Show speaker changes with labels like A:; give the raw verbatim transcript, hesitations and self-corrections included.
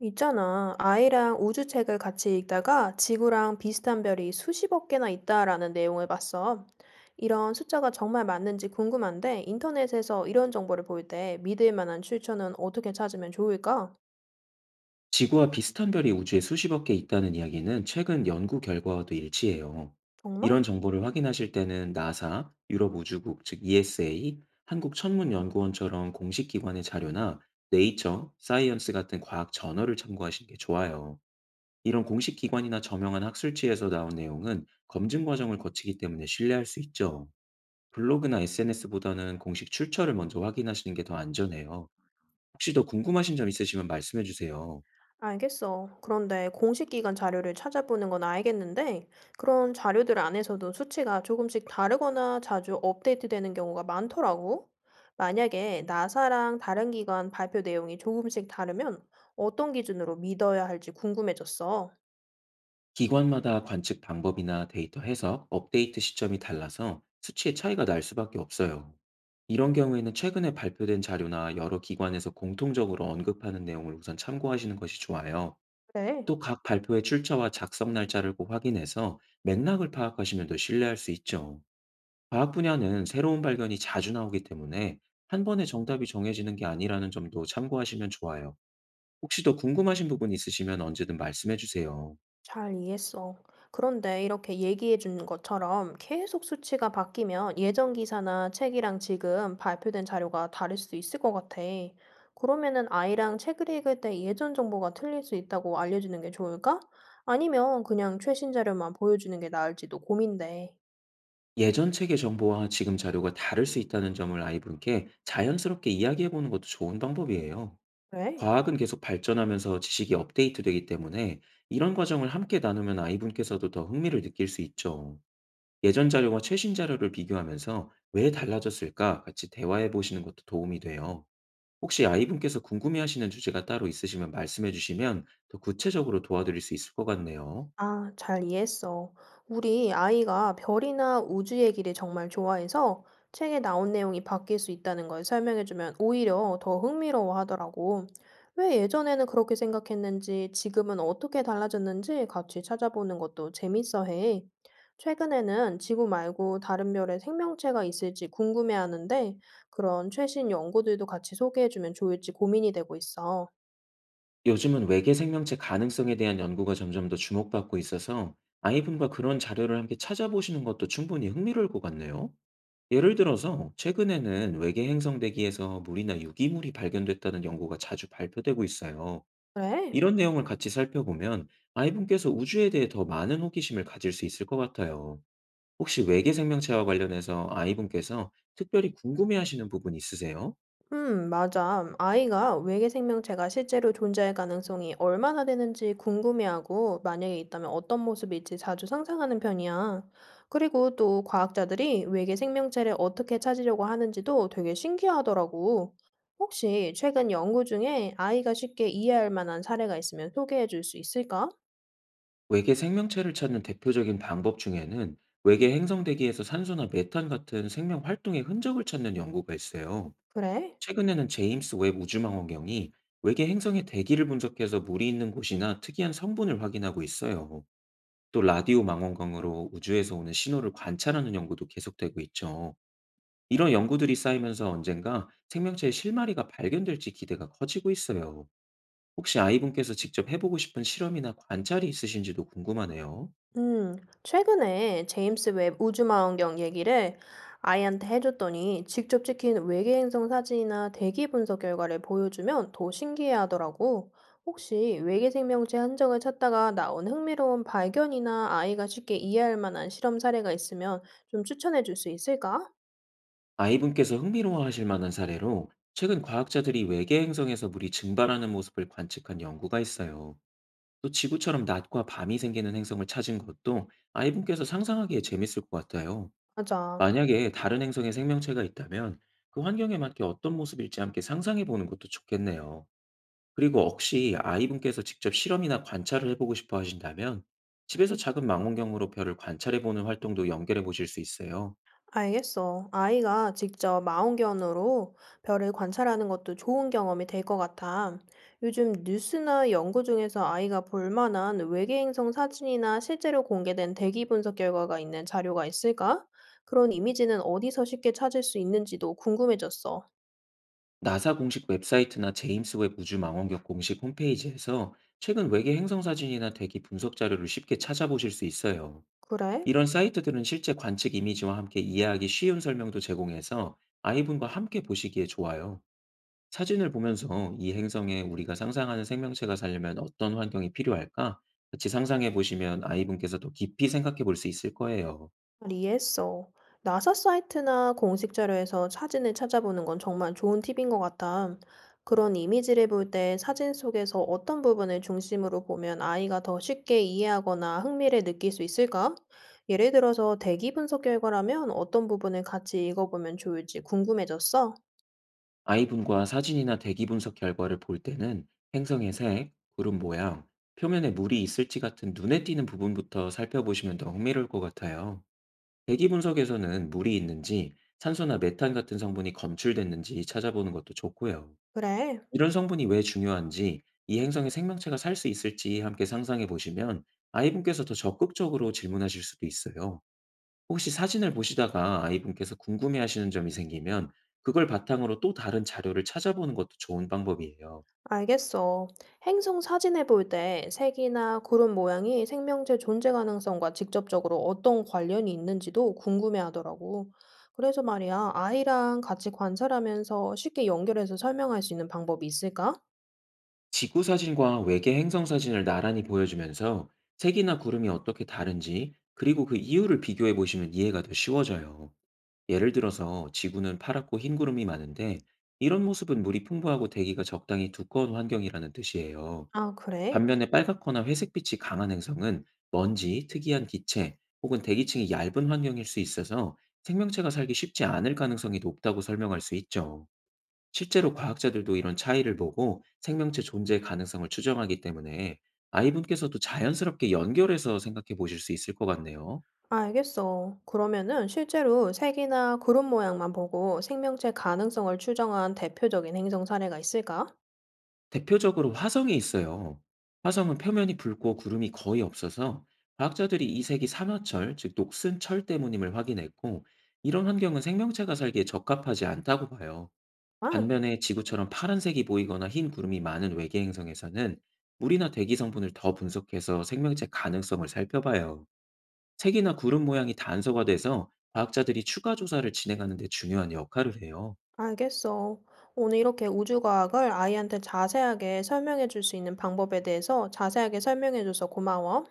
A: 있잖아. 아이랑 우주책을 같이 읽다가 지구랑 비슷한 별이 수십억 개나 있다라는 내용을 봤어. 이런 숫자가 정말 맞는지 궁금한데 인터넷에서 이런 정보를 볼 때 믿을 만한 출처는 어떻게 찾으면 좋을까?
B: 지구와 비슷한 별이 우주에 수십억 개 있다는 이야기는 최근 연구 결과와도 일치해요.
A: 정말?
B: 이런 정보를 확인하실 때는 나사, 유럽우주국 즉 이에스에이, 한국천문연구원처럼 공식 기관의 자료나 네이처, 사이언스 같은 과학 저널을 참고하시는 게 좋아요. 이런 공식 기관이나 저명한 학술지에서 나온 내용은 검증 과정을 거치기 때문에 신뢰할 수 있죠. 블로그나 에스엔에스보다는 공식 출처를 먼저 확인하시는 게 더 안전해요. 혹시 더 궁금하신 점 있으시면 말씀해 주세요.
A: 알겠어. 그런데 공식 기관 자료를 찾아보는 건 알겠는데, 그런 자료들 안에서도 수치가 조금씩 다르거나 자주 업데이트되는 경우가 많더라고. 만약에 나사랑 다른 기관 발표 내용이 조금씩 다르면 어떤 기준으로 믿어야 할지 궁금해졌어.
B: 기관마다 관측 방법이나 데이터 해석, 업데이트 시점이 달라서 수치의 차이가 날 수밖에 없어요. 이런 경우에는 최근에 발표된 자료나 여러 기관에서 공통적으로 언급하는 내용을 우선 참고하시는 것이 좋아요.
A: 그래.
B: 또 각 발표의 출처와 작성 날짜를 꼭 확인해서 맥락을 파악하시면 더 신뢰할 수 있죠. 과학 분야는 새로운 발견이 자주 나오기 때문에 한 번에 정답이 정해지는 게 아니라는 점도 참고하시면 좋아요. 혹시 더 궁금하신 부분 있으시면 언제든 말씀해 주세요.
A: 잘 이해했어. 그런데 이렇게 얘기해 준 것처럼 계속 수치가 바뀌면 예전 기사나 책이랑 지금 발표된 자료가 다를 수 있을 것 같아. 그러면은 아이랑 책을 읽을 때 예전 정보가 틀릴 수 있다고 알려주는 게 좋을까? 아니면 그냥 최신 자료만 보여주는 게 나을지도 고민돼.
B: 예전 책의 정보와 지금 자료가 다를 수 있다는 점을 아이분께 자연스럽게 이야기해 보는 것도 좋은 방법이에요.
A: 왜?
B: 과학은 계속 발전하면서 지식이 업데이트되기 때문에 이런 과정을 함께 나누면 아이분께서도 더 흥미를 느낄 수 있죠. 예전 자료와 최신 자료를 비교하면서 왜 달라졌을까 같이 대화해 보시는 것도 도움이 돼요. 혹시 아이분께서 궁금해 하시는 주제가 따로 있으시면 말씀해 주시면 더 구체적으로 도와드릴 수 있을 것 같네요.
A: 아, 잘 이해했어. 우리 아이가 별이나 우주 얘기를 정말 좋아해서 책에 나온 내용이 바뀔 수 있다는 걸 설명해주면 오히려 더 흥미로워 하더라고. 왜 예전에는 그렇게 생각했는지, 지금은 어떻게 달라졌는지 같이 찾아보는 것도 재밌어 해. 최근에는 지구 말고 다른 별에 생명체가 있을지 궁금해하는데, 그런 최신 연구들도 같이 소개해주면 좋을지 고민이 되고 있어.
B: 요즘은 외계 생명체 가능성에 대한 연구가 점점 더 주목받고 있어서 아이분과 그런 자료를 함께 찾아보시는 것도 충분히 흥미로울 것 같네요. 예를 들어서 최근에는 외계 행성 대기에서 물이나 유기물이 발견됐다는 연구가 자주 발표되고 있어요.
A: 그래?
B: 이런 내용을 같이 살펴보면 아이분께서 우주에 대해 더 많은 호기심을 가질 수 있을 것 같아요. 혹시 외계 생명체와 관련해서 아이분께서 특별히 궁금해하시는 부분 있으세요?
A: 음, 맞아. 아이가 외계 생명체가 실제로 존재할 가능성이 얼마나 되는지 궁금해하고, 만약에 있다면 어떤 모습일지 자주 상상하는 편이야. 그리고 또 과학자들이 외계 생명체를 어떻게 찾으려고 하는지도 되게 신기하더라고. 혹시 최근 연구 중에 아이가 쉽게 이해할 만한 사례가 있으면 소개해 줄 수 있을까?
B: 외계 생명체를 찾는 대표적인 방법 중에는 외계 행성 대기에서 산소나 메탄 같은 생명 활동의 흔적을 찾는 연구가 있어요.
A: 그래?
B: 최근에는 제임스 웹 우주망원경이 외계 행성의 대기를 분석해서 물이 있는 곳이나 특이한 성분을 확인하고 있어요. 또 라디오 망원경으로 우주에서 오는 신호를 관찰하는 연구도 계속되고 있죠. 이런 연구들이 쌓이면서 언젠가 생명체의 실마리가 발견될지 기대가 커지고 있어요. 혹시 아이분께서 직접 해보고 싶은 실험이나 관찰이 있으신지도 궁금하네요.
A: 음, 최근에 제임스 웹 우주망원경 얘기를 아이한테 해줬더니 직접 찍힌 외계 행성 사진이나 대기 분석 결과를 보여주면 더 신기해하더라고. 혹시 외계 생명체 흔적을 찾다가 나온 흥미로운 발견이나 아이가 쉽게 이해할 만한 실험 사례가 있으면 좀 추천해 줄 수 있을까?
B: 아이분께서 흥미로워하실 만한 사례로 최근 과학자들이 외계 행성에서 물이 증발하는 모습을 관측한 연구가 있어요. 또 지구처럼 낮과 밤이 생기는 행성을 찾은 것도 아이분께서 상상하기에 재밌을 것 같아요.
A: 맞아.
B: 만약에 다른 행성에 생명체가 있다면 그 환경에 맞게 어떤 모습일지 함께 상상해 보는 것도 좋겠네요. 그리고 혹시 아이분께서 직접 실험이나 관찰을 해보고 싶어 하신다면 집에서 작은 망원경으로 별을 관찰해 보는 활동도 연결해 보실 수 있어요.
A: 알겠어. 아이가 직접 망원경으로 별을 관찰하는 것도 좋은 경험이 될 것 같아. 요즘 뉴스나 연구 중에서 아이가 볼 만한 외계 행성 사진이나 실제로 공개된 대기 분석 결과가 있는 자료가 있을까? 그런 이미지는 어디서 쉽게 찾을 수 있는지도 궁금해졌어.
B: 나사 공식 웹사이트나 제임스 웹 우주망원경 공식 홈페이지에서 최근 외계 행성 사진이나 대기 분석 자료를 쉽게 찾아보실 수 있어요.
A: 그래?
B: 이런 사이트들은 실제 관측 이미지와 함께 이해하기 쉬운 설명도 제공해서 아이분과 함께 보시기에 좋아요. 사진을 보면서 이 행성에 우리가 상상하는 생명체가 살려면 어떤 환경이 필요할까? 같이 상상해 보시면 아이분께서 더 깊이 생각해 볼 수 있을 거예요.
A: 이해했어. 나사 사이트나 공식 자료에서 사진을 찾아보는 건 정말 좋은 팁인 것 같아. 그런 이미지를 볼 때 사진 속에서 어떤 부분을 중심으로 보면 아이가 더 쉽게 이해하거나 흥미를 느낄 수 있을까? 예를 들어서 대기 분석 결과라면 어떤 부분을 같이 읽어보면 좋을지 궁금해졌어.
B: 아이분과 사진이나 대기 분석 결과를 볼 때는 행성의 색, 구름 모양, 표면에 물이 있을지 같은 눈에 띄는 부분부터 살펴보시면 더 흥미로울 것 같아요. 대기 분석에서는 물이 있는지, 산소나 메탄 같은 성분이 검출됐는지 찾아보는 것도 좋고요.
A: 그래.
B: 이런 성분이 왜 중요한지, 이 행성에 생명체가 살 수 있을지 함께 상상해 보시면 아이분께서 더 적극적으로 질문하실 수도 있어요. 혹시 사진을 보시다가 아이분께서 궁금해하시는 점이 생기면 그걸 바탕으로 또 다른 자료를 찾아보는 것도 좋은 방법이에요.
A: 알겠어. 행성 사진을 볼 때 색이나 구름 모양이 생명체 존재 가능성과 직접적으로 어떤 관련이 있는지도 궁금해하더라고. 그래서 말이야, 아이랑 같이 관찰하면서 쉽게 연결해서 설명할 수 있는 방법이 있을까?
B: 지구 사진과 외계 행성 사진을 나란히 보여주면서 색이나 구름이 어떻게 다른지 그리고 그 이유를 비교해 보시면 이해가 더 쉬워져요. 예를 들어서 지구는 파랗고 흰 구름이 많은데 이런 모습은 물이 풍부하고 대기가 적당히 두꺼운 환경이라는 뜻이에요.
A: 아, 그래?
B: 반면에 빨갛거나 회색빛이 강한 행성은 먼지, 특이한 기체 혹은 대기층이 얇은 환경일 수 있어서 생명체가 살기 쉽지 않을 가능성이 높다고 설명할 수 있죠. 실제로 과학자들도 이런 차이를 보고 생명체 존재 가능성을 추정하기 때문에 아이분께서도 자연스럽게 연결해서 생각해 보실 수 있을 것 같네요.
A: 알겠어. 그러면은 실제로 색이나 구름 모양만 보고 생명체 가능성을 추정한 대표적인 행성 사례가 있을까?
B: 대표적으로 화성이 있어요. 화성은 표면이 붉고 구름이 거의 없어서 과학자들이 이색이 산화철, 즉 녹슨 철 때문임을 확인했고 이런 환경은 생명체가 살기에 적합하지 않다고 봐요.
A: 아,
B: 반면에 지구처럼 파란색이 보이거나 흰 구름이 많은 외계 행성에서는 물이나 대기 성분을 더 분석해서 생명체 가능성을 살펴봐요. 색이나 구름 모양이 단서가 돼서 과학자들이 추가 조사를 진행하는 데 중요한 역할을 해요.
A: 알겠어. 오늘 이렇게 우주과학을 아이한테 자세하게 설명해 줄 수 있는 방법에 대해서 자세하게 설명해 줘서 고마워.